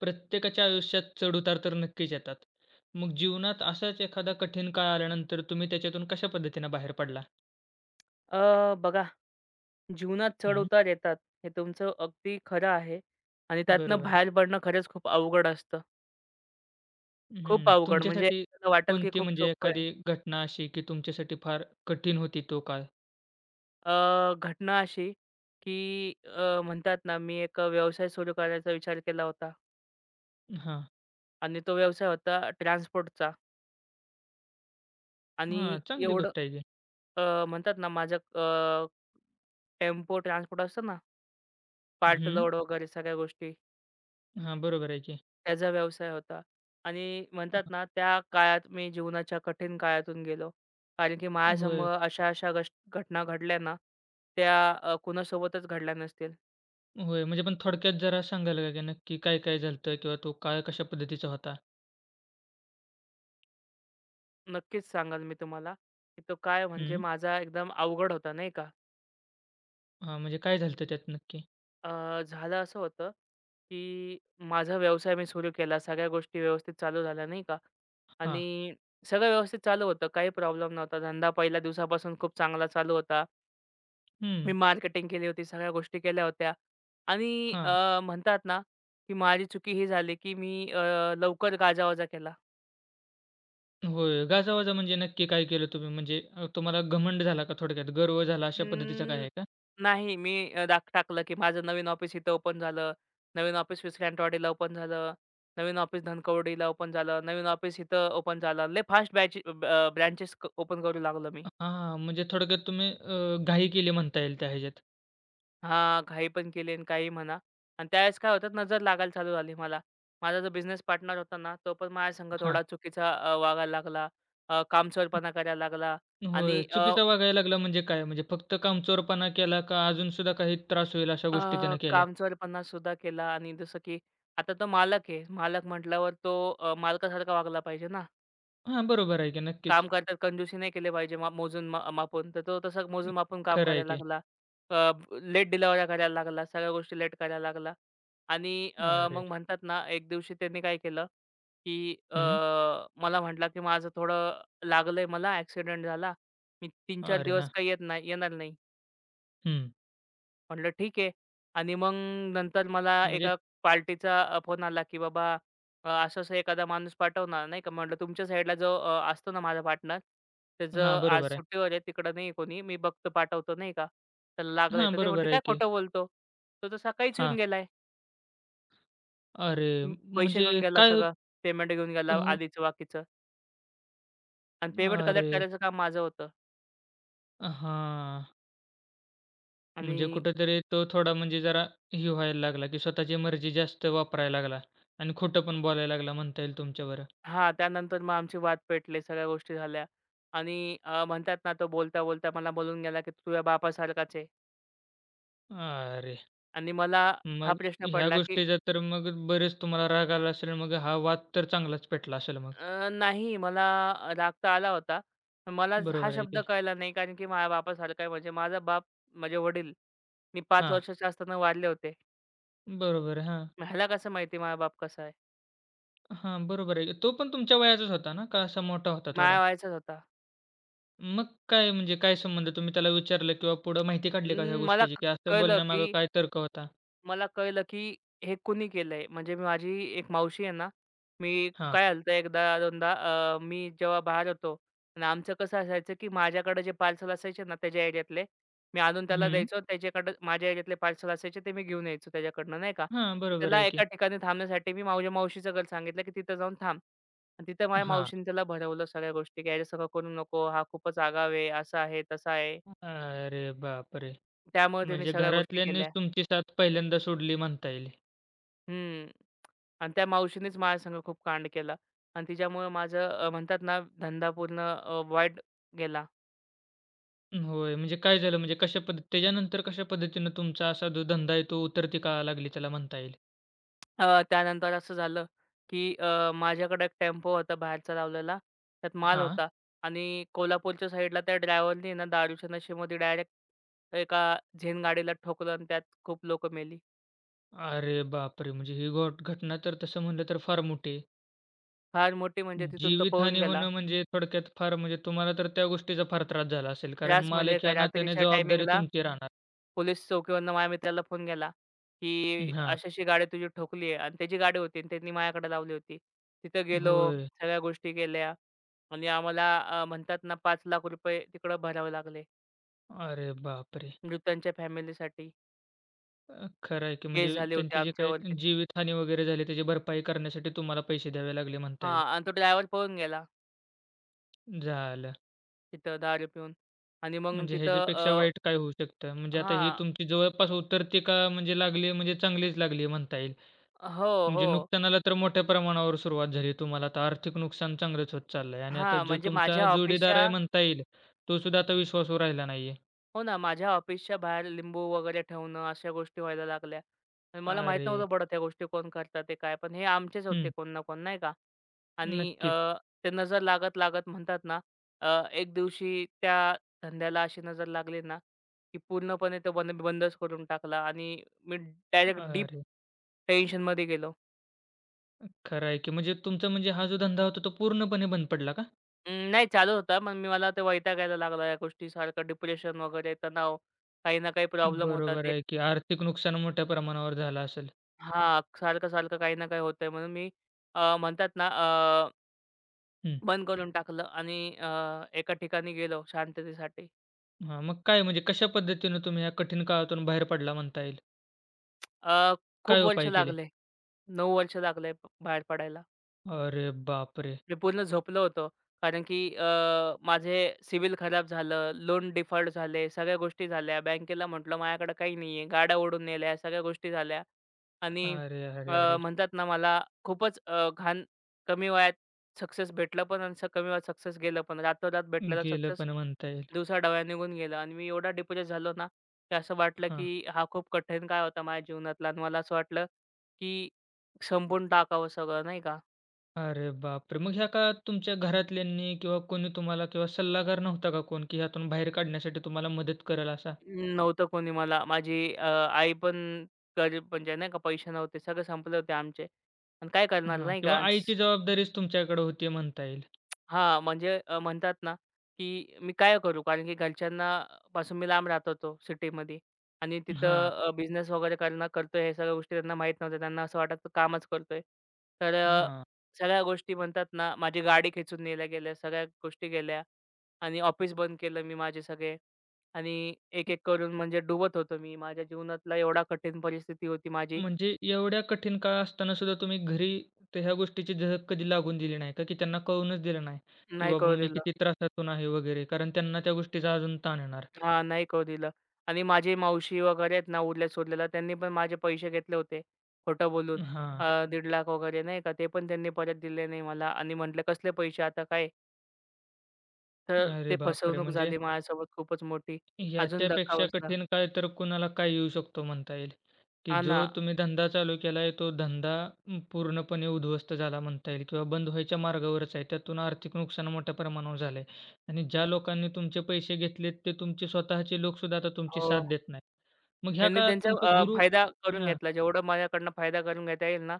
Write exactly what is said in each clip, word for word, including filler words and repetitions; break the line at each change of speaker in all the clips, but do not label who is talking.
प्रत्येकाच्या आयुष्यात चढ-उतार तर नक्कीच येतात. मग जीवनात असाच एखादा कठीण काळ आल्यानंतर तुम्ही त्याच्यातून कशा पद्धतीने बाहेर पडला?
अ, बघा जीवनात
हं,
चढ-उतार येतात. हे तुमचं अगदी खरं आहे आणि त्यातनं
बरोबर
बाहेर
आहे.
पडणं खरंच खूप अवघड असतं. खूप
हं,
अवघड म्हणजे
तुमच्यासाठी
आपल्याला वाटेल की
कोणती
खूप
म्हणजे
सोपं आहे.
एखादी घटना अशी की तुमच्यासाठी फार कठीण होती तो काळ?
अ, घटना अशी की अ, म्हणतात ना मी एक व्यवसाय सुरू करायचा विचार केला होता
हां,
आणि तो व्यवसाय होता ट्रान्सपोर्टचा आणि
हां, चांगली
एवढं
गोष्ट आहे की.
अ, म्हणतात ना माझं अ, टेम्पो ट्रान्सपोर्ट असतं ना, पार्ट
हं,
लोड वगैरे सगळ्या गोष्टी.
हां, बरोबर आहे की.
त्याचा व्यवसाय होता आणि
हां,
म्हणतात ना, त्या काळात मी जीवनाच्या कठीण काळातून गेलो. कारण की
होय,
माझ्यासमोर अशा-अशा गष घटना घडल्या ना, त्या अ, कुणासोबतच घडल्या नसतील.
होय. म्हणजे पण थोडक्यात जरा सांगाल का की नक्की काय-काय झालं किंवा तो काळ कशा पद्धतीचा होता?
नक्कीच सांगाल मी तुम्हाला, की तो काय म्हणजे
हं,
माझा एकदम अवघड होता नाही का.
हां, म्हणजे काय झालं त्यात नक्की?
अ, झालं असं होतं, की माझा व्यवसाय मी सुरू केला. सगळ्या गोष्टी व्यवस्थित चालू झाल्या नाही का
हां,
आणि सगळं व्यवस्थित चालू होतं. काही प्रॉब्लेम नव्हता. धंदा पहिल्या दिवसापासून खूप चांगला चालू होता. मी
हं,
मार्केटिंग केली होती, सगळ्या गोष्टी केल्या होत्या आणि
हां.
अ, म्हणतात ना, की माझी चुकी ही झाली, की मी अ, लवकर गाजावाजा केला.
होय. गाजावाजा म्हणजे नक्की काय केलं तुम्ही? म्हणजे अ, तुम्हाला घमंड झाला का थोडक्यात? गर्व झाला अशा पद्धतीचा काय
अं,
आहे का?
नाही मी अ, दाख टाकलं, की माझं नवीन ऑफिस इथं ओपन झालं, नवीन ऑफिस विस्क्रॅन्टवाडीला ओपन झालं, नवीन ऑफिस धनकवडीला ओपन झालं, नवीन ऑफिस इथं ओपन झालं. लय फास्ट बॅच ब्रँचेस ओपन करू लागलो मी.
हां, म्हणजे थोडक्यात तुम्ही अ, घाई केली म्हणता येईल त्या ह्याच्यात.
हां, घाई पण केली आणि काही म्हणा आणि त्यावेळेस काय होतं नजर लागायला चालू झाली मला. माझा जो बिझनेस पार्टनर होता ना, तो पण माझ्यासंग
हां.
थोडा चुकीचा अ, वागायला लागला. अ, कामचोरपणा करायला लागला
होय.
आणि अ,
चुकीचा वागायला लागला म्हणजे काय? म्हणजे फक्त कामचोरपणा केला का अजून सुद्धा काही त्रास होईल अशा
अ,
गोष्टी त्यानं केल्या?
कामचोरपणा सुद्धा केला आणि जसं की आता तो मालक आहे. मालक म्हटल्यावर तो अ, मालकासारखा वागला पाहिजे ना.
हां, बरोबर आहे की नक्कीच.
काम करतात कंजूसी नाही केली पाहिजे मा मोजून मा मापून. तर तो तसं मोजून-मापून काम
खरं आहे
करायला
की.
लागला. लेट डिलिव्हऱ्या करायला लागला. सगळ्या गोष्टी लेट करायला लागला. आणि अ,
अरे!
मग म्हणतात ना, एक दिवशी त्यांनी काय केलं, की अ,
हं.
मला म्हटला, की "माझं थोडं लागलंय मला, ॲक्सिडेंट झाला. मी तीन चार
अरे!
दिवस
हां.
काही येत नाही येणार नाही."
हं.
म्हटलं ठीक आहे. आणि मग नंतर मला
म्हणजे
एका पार्टीचा अ, फोन आला, की "बाबा अ, असं-असं एखादा माणूस पाठव ना." नाही का. म्हटलं तुमच्या साईडला जो अ, असतो ना माझा पार्टनर,
हां,
त्याचं आज
बरोबर आहे.
सुट्टीवर आहे, तिकडं नाही आहे कोणी. मी बघतो पाठवतो नाही का. त्याला लागलंय
हां,
तर ते म्हणते,
बरोबर आहे
"काय
की.
खोटं बोलतो? तो तर सकाळीच येऊन
हां.
गेलाय.
अरे!
म पैसे
म्हणजे
घेऊन गेला
काय हो
सगळं. पेमेंट घेऊन गेला
हो.
आधीचं बाकीचं." आणि पेमेंट कलेक्ट
अरे!
करायचं काम माझं होतं
हां.
आणि
म्हणजे कुठेतरी तो थोडा म्हणजे जरा हे व्हायला लागला, की स्वतःची मर्जी जास्त वापरायला लागला आणि खोटं पण बोलायला लागला म्हणता येईल तुमच्यावर.
हा त्यानंतर मग आमचे वाद पेटले, सगळ्या गोष्टी झाल्या आणि अ, म्हणतात ना, तो बोलता-बोलता मला बोलून गेला, की "तू तुझ्या बापासारखाच आहे"
अरे!
आणि मला हा
मग
प्रश्न
ह्या
पडला, की
गोष्टीचा तर मग बरेच तुम्हाला राग आला असेल. मग हा वाद तर चांगलाच पेटला असेल मग.
अ, नाही मला राग तर आला होता. पण मला हा
बरोबर आहे
शब्द
की.
कळला नाही कारण की माझ्या बापासारखा आहे म्हणजे माझा बाप, माझे वडील मी पाच
हां.
वर्षाचे असताना वारले होते.
बरोबर हां.
ह्याला कसं माहिती माझा बाप कसा आहे?
हां, बरोबर आहे. तो पण तुमच्या वयाचाच होता ना? का असा मोठा होता
माझ्या
थोडा?
वयाचाच होता.
मग काय म्हणजे काय संबंध? तुम्ही त्याला विचारलं किंवा पुढं माहिती काढली का ह्या
अं, मला
गोष्टीची,
क
की असं
कळलं, की
बोलण्यामागे काय तर्क होता?
मला कळलं, की हे कुणी केलंय. म्हणजे माझी एक मावशी आहे ना, मी
हां.
काय झालं होतं एकदा दोनदा अ, मी जेव्हा बाहेर होतो आणि आमचं कसं असायचं, की माझ्याकडे जे पार्सल असायचे ना त्याच्या एरियातले, मी आणून त्याला
हं.
द्यायचो. त्याच्याकडं माझ्या एरियातले पार्सल असायचे ते मी घेऊन यायचो त्याच्याकडनं नाही का.
हां,
तर
बरोबर
त्याला
आहे
एका
की.
ठिकाणी थांबण्यासाठी मी माझ्या मावशीचं घर सांगितलं, की तिथं जाऊन थांब. आणि तिथं माझ्या
हां.
मावशीने त्याला भरवलं सगळ्या गोष्टी, की "अरे सगळं करू नको. हा खूपच आगाव आहे, असा आहे, तसा आहे."
अरे बापरे!
त्यामुळे त्याने
म्हणजे
सगळ्या गोष्टी
घरातल्यांनीच
केल्या.
तुमची साथ पहिल्यांदा सोडली म्हणता येईल.
हं. आणि त्या मावशीनेच माझ्यासंग खूप कांड केला आणि तिच्यामुळे माझं अ, म्हणतात ना धंदा पूर्ण अ, वाईट गेला.
होय, म्हणजे काय झालं म्हणजे कशा पद्धत त्याच्यानंतर कशा पद्धतीनं तुमचा असा जो धंदा आहे तो उतरती कळा लागली त्याला म्हणता येईल?
अ, त्यानंतर असं झालं, की अ, माझ्याकडे एक टेम्पो होता बाहेरचा लावलेला. त्यात माल
हां.
होता आणि कोल्हापूरच्या साईडला त्या ड्रायव्हरनी ना दारूच्या नशेमध्ये डायरेक्ट एका झेन गाडीला ठोकलं आणि त्यात खूप लोकं मेली.
अरे बापरे! म्हणजे ही घोट घटना तर तसं म्हणलं तर फार मोठी आहे.
फार मोठी म्हणजे तिथून तो पळून
जीवितहानी
गेला.
होणं म्हणजे थोडक्यात फार म्हणजे तुम्हाला तर त्या गोष्टीचा फार त्रास झाला असेल कारण
त्रास म्हणजे
मालक
काय
या नात्याने
रात्रीच्या
जबाबदारी
टायमिंगला
तुमची राहणार.
पोलीस चौकीवरून माझ्या मित्राला फोन गेला, की
हां.
अशी-अशी गाडी तुझी ठोकली आहे आणि त्याची गाडी होती आणि त्यांनी माझ्याकडे लावली होती. तिथं गेलो,
होय.
सगळ्या गोष्टी केल्या आणि आम्हाला अ, म्हणतात ना पाच लाख रुपये तिकडं भरावे लागले.
अरे बापरे!
मृतांच्या फॅमिलीसाठी.
अ, खरं आहे की
केस
म्हणजे
झाले होते
त्यांची जी काही
आमच्यावरतीच.
जीवितहानी वगैरे झाली त्याची भरपाई करण्यासाठी तुम्हाला पैसे द्यावे लागले म्हणता
हां
येईल.
आणि तो ड्रायव्हर पळून गेला
झालं.
तिथं दारू पिऊन आणि मग
म्हणजे
तिथं अ,
ह्याच्यापेक्षा वाईट काय होऊ शकतं? म्हणजे आता ही
हां.
तुमची जवळपास उतरती का म्हणजे लागली म्हणजे चांगलीच लागली म्हणता येईल.
हो,
म्हणजे
हो.
नुकसानाला तर मोठ्या प्रमाणावर सुरुवात झाली. तुम्हाला आता आर्थिक नुकसान चांगलंच होत चाललंय आणि आता
हां,
जो
म्हणजे
तुमचा
माझ्या
जोडीदार आहे
ऑफिसच्या
म्हणता येईल, तो सुद्धा आता विश्वासू राहिला नाहीये.
हो ना, माझ्या ऑफिसच्या बाहेर लिंबू वगैरे ठेवणं अशा गोष्टी व्हायला लागल्या. आणि मला माहीत
अरे!
नव्हतं पडत ह्या गोष्टी कोण करतात ते काय? पण हे आमचेच होते
हं.
कोण ना कोण नाही का? आणि
नक्कीच.
अ, ते नजर लागत, लागत म्हणतात ना अ, एक दिवशी त्या धंद्याला अशी नजर लागली ना, की पूर्णपणे तो बंद बंदच करून टाकला आणि मी डायरेक्ट डीप
अरे!
टेन्शनमध्ये गेलो.
खरं आहे की म्हणजे तुमचा म्हणजे हा जो धंदा होता तो पूर्णपणे बंद पडला का?
अं, नाही चालू होता, पण मी मला ते वैतागायला लागला या गोष्टी सारखं डिप्रेशन वगैरे तणाव, काही ना काही प्रॉब्लेम
बरोबर
होतात.
आहे की आर्थिक नुकसान मोठ्या प्रमाणावर झालं असेल.
हां, सारखं-सारखं काही ना काही होतंय म्हणून मी अ, म्हणतात ना अ,
हं.
बंद करून टाकलं आणि अ, एका ठिकाणी गेलो शांततेसाठी.
हां, मग काय म्हणजे कशा पद्धतीनं तुम्ही या कठीण काळातून बाहेर पडला म्हणता येईल?
अ, खूप
काय
वर्ष
उपाय केले?
लागले. नऊ वर्ष लागले प- बाहेर पडायला.
अरे बापरे!
मी पूर्ण झोपलो होतो. कारण की अ, माझे सिबिल खराब झालं, लोन डिफॉल्ट झाले, सगळ्या गोष्टी झाल्या. बँकेला म्हटलं, "माझ्याकडे काही नाही आहे." गाड्या ओढून नेल्या, सगळ्या गोष्टी झाल्या आणि
अरे, अरे,
अ,
अरे!
म्हणतात ना, मला खूपच अ, घाण कमी वयात सक्सेस भेटलं पण आणि स- कमी वयात सक्सेस गेलं पण. रातोरात भेटलेला
गेलं
सक्सेस
पण म्हणता येईल.
दिवसा डव्या निघून गेला आणि मी एवढा डिप्रेस झालो ना, की असं वाटलं की
हां.
हा खूप कठीण काळ होता माझ्या जीवनातला आणि मला असं वाटलं की संपवून टाकावं सगळं, नाही का?
अरे बापरे! मग ह्या काळात तुमच्या घरातल्यांनी किंवा कोणी तुम्हाला किंवा सल्लागार नव्हता का कोण, की ह्यातून बाहेर काढण्यासाठी तुम्हाला मदत करेल असा?
नव्हतं कोणी मला. माझी अ, आई पण गरीब म्हणजे नाही का पैसे नव्हते. सगळं संपले होते आमचे. आणि काय करणार
हां,
नाही का?
किंवा
आणि
आईची जबाबदारीच तुमच्याकडे होती म्हणता येईल.
हां, म्हणजे अ, म्हणतात ना, की मी काय करू? कारण की घरच्यांना पासून मी लांब राहत होतो सिटीमध्ये आणि
हां,
तिथं बिझनेस वगैरे करणं करतोय हे सगळ्या गोष्टी त्यांना माहीत नव्हत्या. त्यांना असं वाटायचं कामच करतोय. तर अ,
हां.
सगळ्या गोष्टी म्हणतात ना, माझी गाडी खेचून नेल्या गेल्या, सगळ्या गोष्टी गेल्या आणि ऑफिस बंद केलं मी माझे सगळे आणि एक-एक करून म्हणजे डुबत होतो मी. माझ्या जीवनातला एवढा कठीण परिस्थिती होती माझी,
म्हणजे एवढ्या कठीण काळ असताना सुद्धा तुम्ही घरी तर ह्या गोष्टीची झलक कधी लागून दिली नाही का? की त्यांना कळूनच दिलं नाही, की
नाही
बाबा
कळू
मी
दिलं.
किती त्रासातून आहे वगैरे? कारण त्यांना त्या गोष्टीचा अजून ताण येणार.
हां, नाही करू दिलं आणि माझी मावशी वगैरे आहेत ना, उरल्या-सुरलेल्या त्यांनी पण माझे पैसे घेतले होते, खोटं बोलून.
हां.
अ, दीड लाख वगैरे नाही का, ते पण त्यांनी परत दिले नाही मला आणि म्हटलं, "कसले पैसे आता काय?" तर
अरे
ते
बापरे!
फसवणूक
म्हणजे
झाली माझ्यासोबत खूपच मोठी. अजून धक्का
याच्यापेक्षा
बसला.
कठीण काळ तर कुणाला काय येऊ शकतो म्हणता येईल, की
हां ना.
जो तुम्ही धंदा चालू केलाय तो धंदा अं, पूर्णपणे उद्ध्वस्त झाला म्हणता येईल किंवा बंद व्हायच्या मार्गावरच आहे. त्यातून आर्थिक नुकसान मोठ्या प्रमाणावर झालंय आणि ज्या लोकांनी तुमचे पैसे घेतलेत ते तुमचे स्वतःचे लोकसुद्धा आता तुमची
हो.
साथ देत नाहीत. मग ह्या
त्यांनी
काळात
त्यांचा
तुमचे
अ,
गुरु
फायदा करून
हां,
घेतला. जेवढा माझ्याकडनं फायदा करून घेता येईल ना,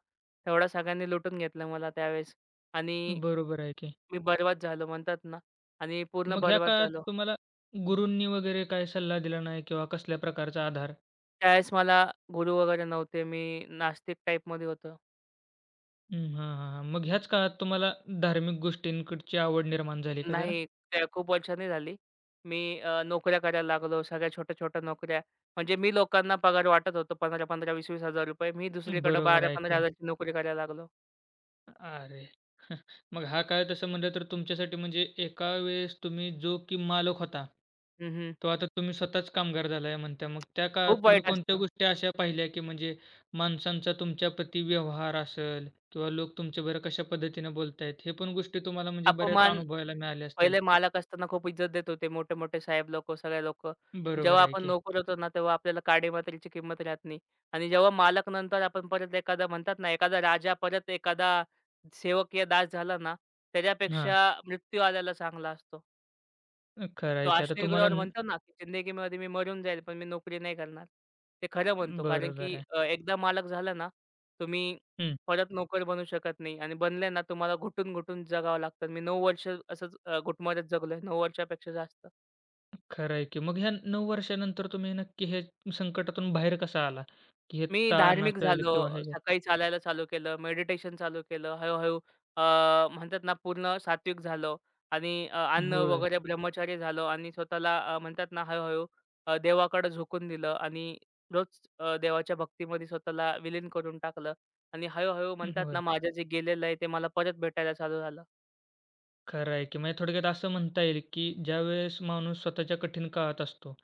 तेवढा सगळ्यांनी लुटून घेतलं मला त्यावेळेस आणि
बरोबर आहे की.
मी बरबाद झालो म्हणतात ना आणि पूर्ण
मग ह्या
बरबाद
काळात
झालो.
तुम्हाला गुरूंनी वगैरे काय सल्ला दिला नाही किंवा कसल्या प्रकारचा आधार?
त्यावेळेस मला गुरु वगैरे नव्हते. मी नास्तिक टाईपमध्ये होतो.
हं, हां, हां, हां. मग ह्याच काळात तुम्हाला धार्मिक गोष्टींकडची आवड निर्माण झाली का जरा?
नाही, त्या खूप वर्षांनी झाली. मी अ, नोकऱ्या करायला लागलो. सगळ्या छोट्या-छोट्या नोकऱ्या. म्हणजे मी लोकांना पगार वाटत होतो ₹पंधरा हजार-पंधरा हजार, ₹वीस हजार-वीस हजार. मी दुसरीकडे
बरोबर आहे की.
बारा हजार-15,000ची नोकरी करायला लागलो.
अरे! मग हा काळ तसं म्हटलं तर तुमच्यासाठी म्हणजे एका वेळेस तुम्ही जो की मालक होता,
हं, हं.
तो आता तुम्ही स्वतःच कामगार झालाय म्हणता. मग त्या काळात
खूप
तुम्ही
वाईट
कोणत्या
असतं.
गोष्टी अशा पाहिल्या, की म्हणजे माणसांचा तुमच्याप्रती व्यवहार असेल किंवा लोक तुमच्याबरोबर कशा पद्धतीने बोलतायत, हे पण गोष्टी तुम्हाला म्हणजे बऱ्याच
अपमान
अनुभवायला मिळाल्या असतील.
पहिले मालक असताना खूप इज्जत देत होते. मोठे-मोठे साहेब लोकं, सगळे लोकं.
बरोबर
जेव्हा
आहे
आपण
की.
नोकर होतो ना, तेव्हा आपल्याला काडी मात्रेची किंमत राहत नाही. आणि जेव्हा मालक नंतर आपण परत एखादा म्हणतात ना, एखादा राजा परत एखादा सेवक या दास झाला ना,
हां,
त्याच्यापेक्षा मृत्यू आलेला चांगला असतो.
खरं
तो
आहे की. आता
अश्लील
तुम्हाला
ग्रोवर
न
म्हणतो ना, की जिंदगीमध्ये मी मरून जाईल, पण मी नोकरी नाही करणार. ते खरं म्हणतो कारण
बरोबर
की
आहे.
अ, एकदा मालक झाला ना, तुम्ही परत नोकर बनू शकत नाही आणि बनले ना, तुम्हाला घुटून-घुटून जगावं लागतं. मी नऊ वर्ष असंच अ, घुटमरत जगलोय. नऊ वर्षापेक्षा जास्त.
खरं आहे की. मग ह्या नऊ वर्षानंतर तुम्ही नक्की हे संकटातून बाहेर कसा आला? की हे
मी
ताण
धार्मिक
असेल
झालो.
किंवा हे जे-
सकाळी चालायला चालू केलं, मेडिटेशन चालू केलं. हळू-हळू अ, म्हणतात ना पूर्ण सात्विक झालो आणि अ, अन्न
होय,
वगैरे ब्रह्मचारी झालो आणि स्वतःला अ, म्हणतात ना हळू-हळू अ, देवाकडं झोकून दिलं आणि रोज अ, देवाच्या भक्तीमध्ये स्वतःला विलीन करून टाकलं आणि हळू म्हणतात ना
होय.
माझं जे गेलेलं आहे ते मला परत भेटायला चालू झालं.
खरं आहे की. म्हणजे थोडक्यात असं म्हणता येईल की ज्यावेळेस माणूस स्वतःच्या कठीण काळात असतो,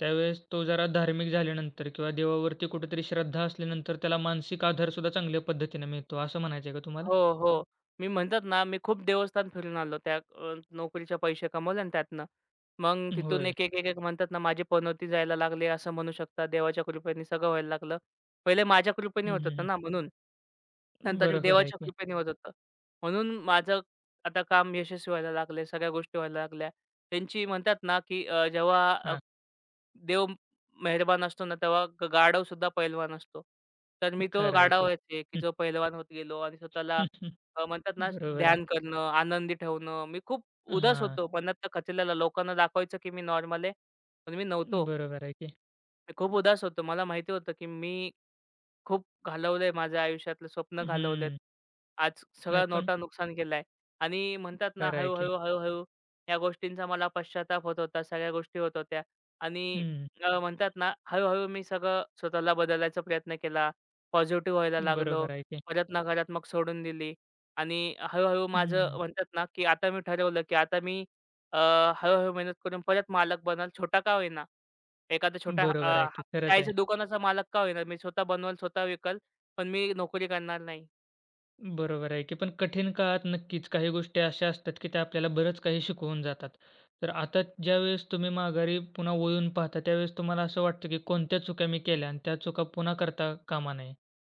त्यावेळेस तो जरा धार्मिक झाल्यानंतर किंवा देवावरती कुठेतरी श्रद्धा असल्यानंतर त्याला मानसिक आधारसुद्धा चांगल्या पद्धतीने मिळतो, असं म्हणायचं आहे का तुम्हाला?
हो, हो. मी म्हणतात ना, मी खूप देवस्थान फिरून आलो. त्या अ, नोकरीचे पैसे कमवले ना त्यातनं. मग तिथून
होय.
एक, एक, एक, एक म्हणतात ना, माझी पनौती जायला लागली असं म्हणू शकता. देवाच्या कृपेने सगळं व्हायला लागलं. पहिले माझ्या कृपेने
हं,
होत होतं
हं,
ना म्हणून.
हं.
नंतर
बरोबर आहे
देवाच्या
की.
कृपेने होत होतं. म्हणून माझं आता काम यशस्वी व्हायला लागले, सगळ्या गोष्टी व्हायला लागल्या. त्यांची म्हणतात ना, की अ, जेव्हा अ,
हां,
देव मेहरबान असतो ना, तेव्हा ग गाढव सुद्धा पैलवान असतो. तर मी तो
खरं आहे
गाढव
की.
व्हायचे, की जो पैलवान होत गेलो आणि स्वतःला
हं.
अ, म्हणतात ना,
बरोबर आहे.
ध्यान करणं, आनंदी ठेवणं. मी खूप उदास
हां,
होतो, मनातलं खचलेला. लोकांना दाखवायचं, की मी नॉर्मल आहे, पण मी नव्हतो.
बरोबर आहे की.
मी खूप उदास होतो. मला माहिती होतं, की मी खूप घालवलंय माझ्या आयुष्यातलं स्वप्न घालवलेत.
हं.
आज
नाही
सगळ्या
पण
नोटा नुकसान केलाय आणि म्हणतात ना
खरं आहे की.
हळू-हळू, हळू या गोष्टींचा मला पश्चाताप होत होता. सगळ्या गोष्टी होत होत्या आणि
हं,
अ, म्हणतात ना हळू मी सगळं स्वतःला बदलायचा प्रयत्न केला. पॉझिटिव्ह व्हायला लागलो.
बरोबर आहे की.
परत नकारात्मक सोडून दिली आणि हळू माझं
हं,
म्हणतात ना, की आता मी ठरवलं, की आता मी अ, हळू मेहनत करून परत मालक बनल. छोटा का होईना. एखादा छोटा
बरोबर आहे की. खरंच
चायच्या
आहे.
दुकानाचा मालक का होईना, मी स्वतः बनवल, स्वतः विकल, पण मी नोकरी करणार नाही.
बरोबर आहे की. पण कठीण काळात नक्कीच काही गोष्टी अशा असतात, की त्या आपल्याला बरंच काही शिकवून जातात. तर आता ज्यावेळेस तुम्ही माघारी पुन्हा वळून पाहता, त्यावेळेस तुम्हाला असं वाटतं, की कोणत्या चुका मी केल्या आणि त्या चुका पुन्हा करता कामा नये.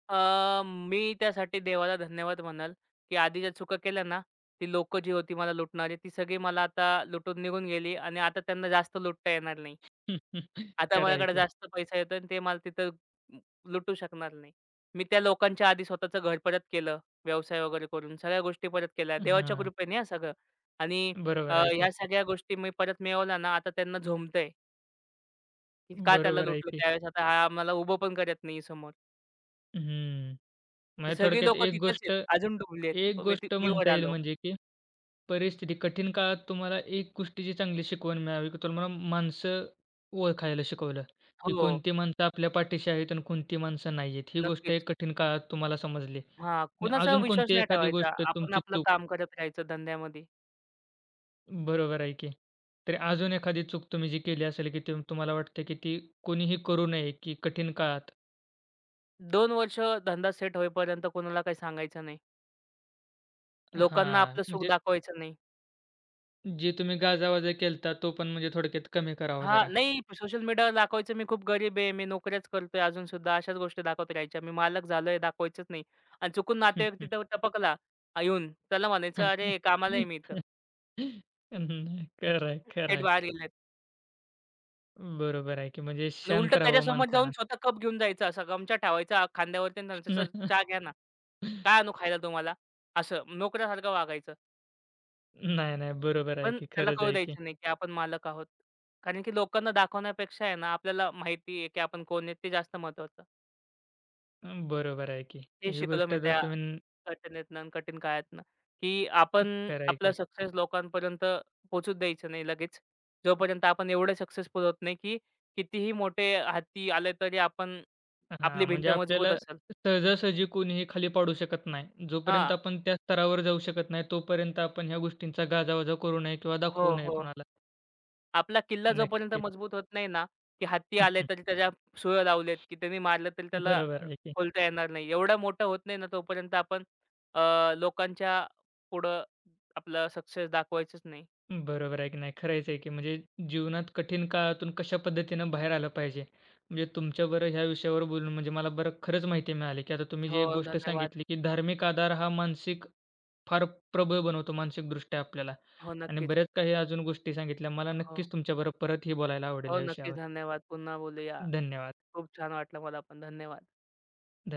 अ, मी त्यासाठी देवाला धन्यवाद म्हणाल, की आधी ज्या चुका केल्या ना, ती लोकं जी होती मला लुटणारी, ती सगळी मला आता लुटून निघून गेली आणि आता त्यांना जास्त लुटता येणार नाही. आता
खरं आहे
माझ्याकडे
की.
जास्त पैसा येतो आणि ते मला तिथं अं, लुटू शकणार नाही. मी त्या लोकांच्या आधी स्वतःचं घर परत केलं, व्यवसाय वगैरे करून सगळ्या गोष्टी परत केल्या. देवाच्या
हां,
कृपेने हां सगळं आणि अ,
बरोबर आहे
ह्या
की.
सगळ्या गोष्टी मी परत मिळवल्या ना, आता त्यांना झोंबतंय. की का त्याला
बरोबर आहे
लुटलं
की.
त्यावेळेस आता हा आम्हाला उभं पण करत नाही समोर.
हं.
ते
म्हणजे
सगळी
थोडक्यात
लोकं
एक
तिथेच
गोष्ट
आहेत. अजून डुबले आहेत.
एक
प- मी ती
गोष्ट
मी वर
म्हणता येईल
आलो.
म्हणजे की परिस्थिती कठीण काळात तुम्हाला एक गोष्टीची चांगली शिकवण मिळावी, की तुम्हाला माणसं ओळखायला शिकवलं, की
हो,
कोणती माणसं आपल्या पाठीशी आहेत आणि कोणती माणसं नाही आहेत. ही गोष्ट
नक्कीच.
एक कठीण काळात तुम्हाला समजली
हां,
आणि
कुणाचा
अजून
विश्वास
कोणती
नाही
एखादी
ठेवायचा.
गोष्ट
आपण
तुमची
आपलं
चूक
काम करत राहायचं धंद्यामध्ये.
बरोबर आहे की. तर अजून एखादी चूक तुम्ही जी केली असेल, की ती तुम्हाला वाटते, की ती कोणीही करू नये, की कठीण काळात
दोन वर्ष धंदा सेट होईपर्यंत कोणाला काही सांगायचं नाही. लोकांना
हां,
आपलं सुख
म्हणजे
दाखवायचं नाही.
जे तुम्ही गाजावाजा केला तो पण म्हणजे थोडक्यात कमी करावा
हां,
जरा.
नाही सोशल मीडियावर दाखवायचं मी खूप गरीब आहे, मी नोकऱ्याच करतोय अजून सुद्धा अशाच गोष्टी दाखवत राहायच्या. मी मालक झालोय दाखवायचंच नाही. आणि चुकून नातेवाईक
नाही,
तिथं टपकला आ, येऊन, त्याला म्हणायचं, "अरे कामाला आहे मी इथं."
खरं आहे, खरं
थेट
आहे.
बाहेर गेलेत.
बरोबर आहे की म्हणजे
आणि
शांत
उलटं
राहावं
त्याच्यासमोर जाऊन
माणसानं.
स्वतः कप घेऊन जायचा असा गमछा ठेवायचा खांद्यावरती आणि त्यांचं "सर चहा घ्या ना." "काय आणू खायला तुम्हाला?" असं नोकरासारखं वागायचं.
नाही, नाही, बरोबर आहे
पण
की
त्याला
खरंच
कळू
आहे की.
द्यायचं नाही, की आपण मालक आहोत. कारण की लोकांना दाखवण्यापेक्षा आहे ना, आपल्याला माहिती आहे, की आपण कोण आहेत ते जास्त महत्त्वाचं.
बरोबर आहे की.
हे
ही
शिकलो
गोष्ट
मी
तर
त्या
तुम्ही न-
घटनेतनं आणि कठीण काळातनं, की आपण
खरं आहे
आपला
की.
सक्सेस लोकांपर्यंत पोहोचू द्यायचं नाही लगेच. जोपर्यंत आपण एवढे सक्सेसफुल होत नाही, की कितीही मोठे हत्ती आले तरी आपण आपली
हां, म्हणजे
भिंत मजबूत
आपल्याला
असेल.
सहजासहजी कोणीही खाली पाडू शकत नाही. जोपर्यंत
हां.
आपण त्या स्तरावर जाऊ शकत नाही, तोपर्यंत आपण ह्या गोष्टींचा गाजावाजा करू नये किंवा
हो,
दाखवू नये
हो.
कोणाला.
आपला किल्ला जोपर्यंत
नक्कीच.
मजबूत होत नाही ना, की हत्ती आले तरी त्याच्या सुळं लावलेत, की त्यांनी मारलं तरी त्याला अ,
बरोबर आहे की.
खोलता येणार नाही. एवढा मोठा होत नाही ना, तोपर्यंत आपण अ, लोकांच्या पुढं आपला सक्सेस दाखवायचंच नाही.
बरोबर आहे की नाही. खरंच आहे की म्हणजे जीवनात कठीण काळातून कशा पद्धतीनं बाहेर आलं पाहिजे. म्हणजे तुमच्याबरोबर ह्या विषयावर बोलून म्हणजे मला बरं खरंच माहिती मिळाली, की आता तुम्ही जी
हो,
एक गोष्ट
धन्यवाद.
सांगितली, की धार्मिक आधार हा मानसिक फार प्रबळ बनवतो मानसिकदृष्ट्या आपल्याला
हो,
आणि
नक्कीच.
बऱ्याच काही अजून गोष्टी सांगितल्या. मला
हो,
नक्कीच तुमच्याबरोबर परतही बोलायला आवडेल
हो,
ह्या
नक्कीच
विषयावर.
धन्यवाद. पुन्हा बोलूया.
धन्यवाद.
खूप छान वाटलं मला पण. धन्यवाद.
धन्यवाद.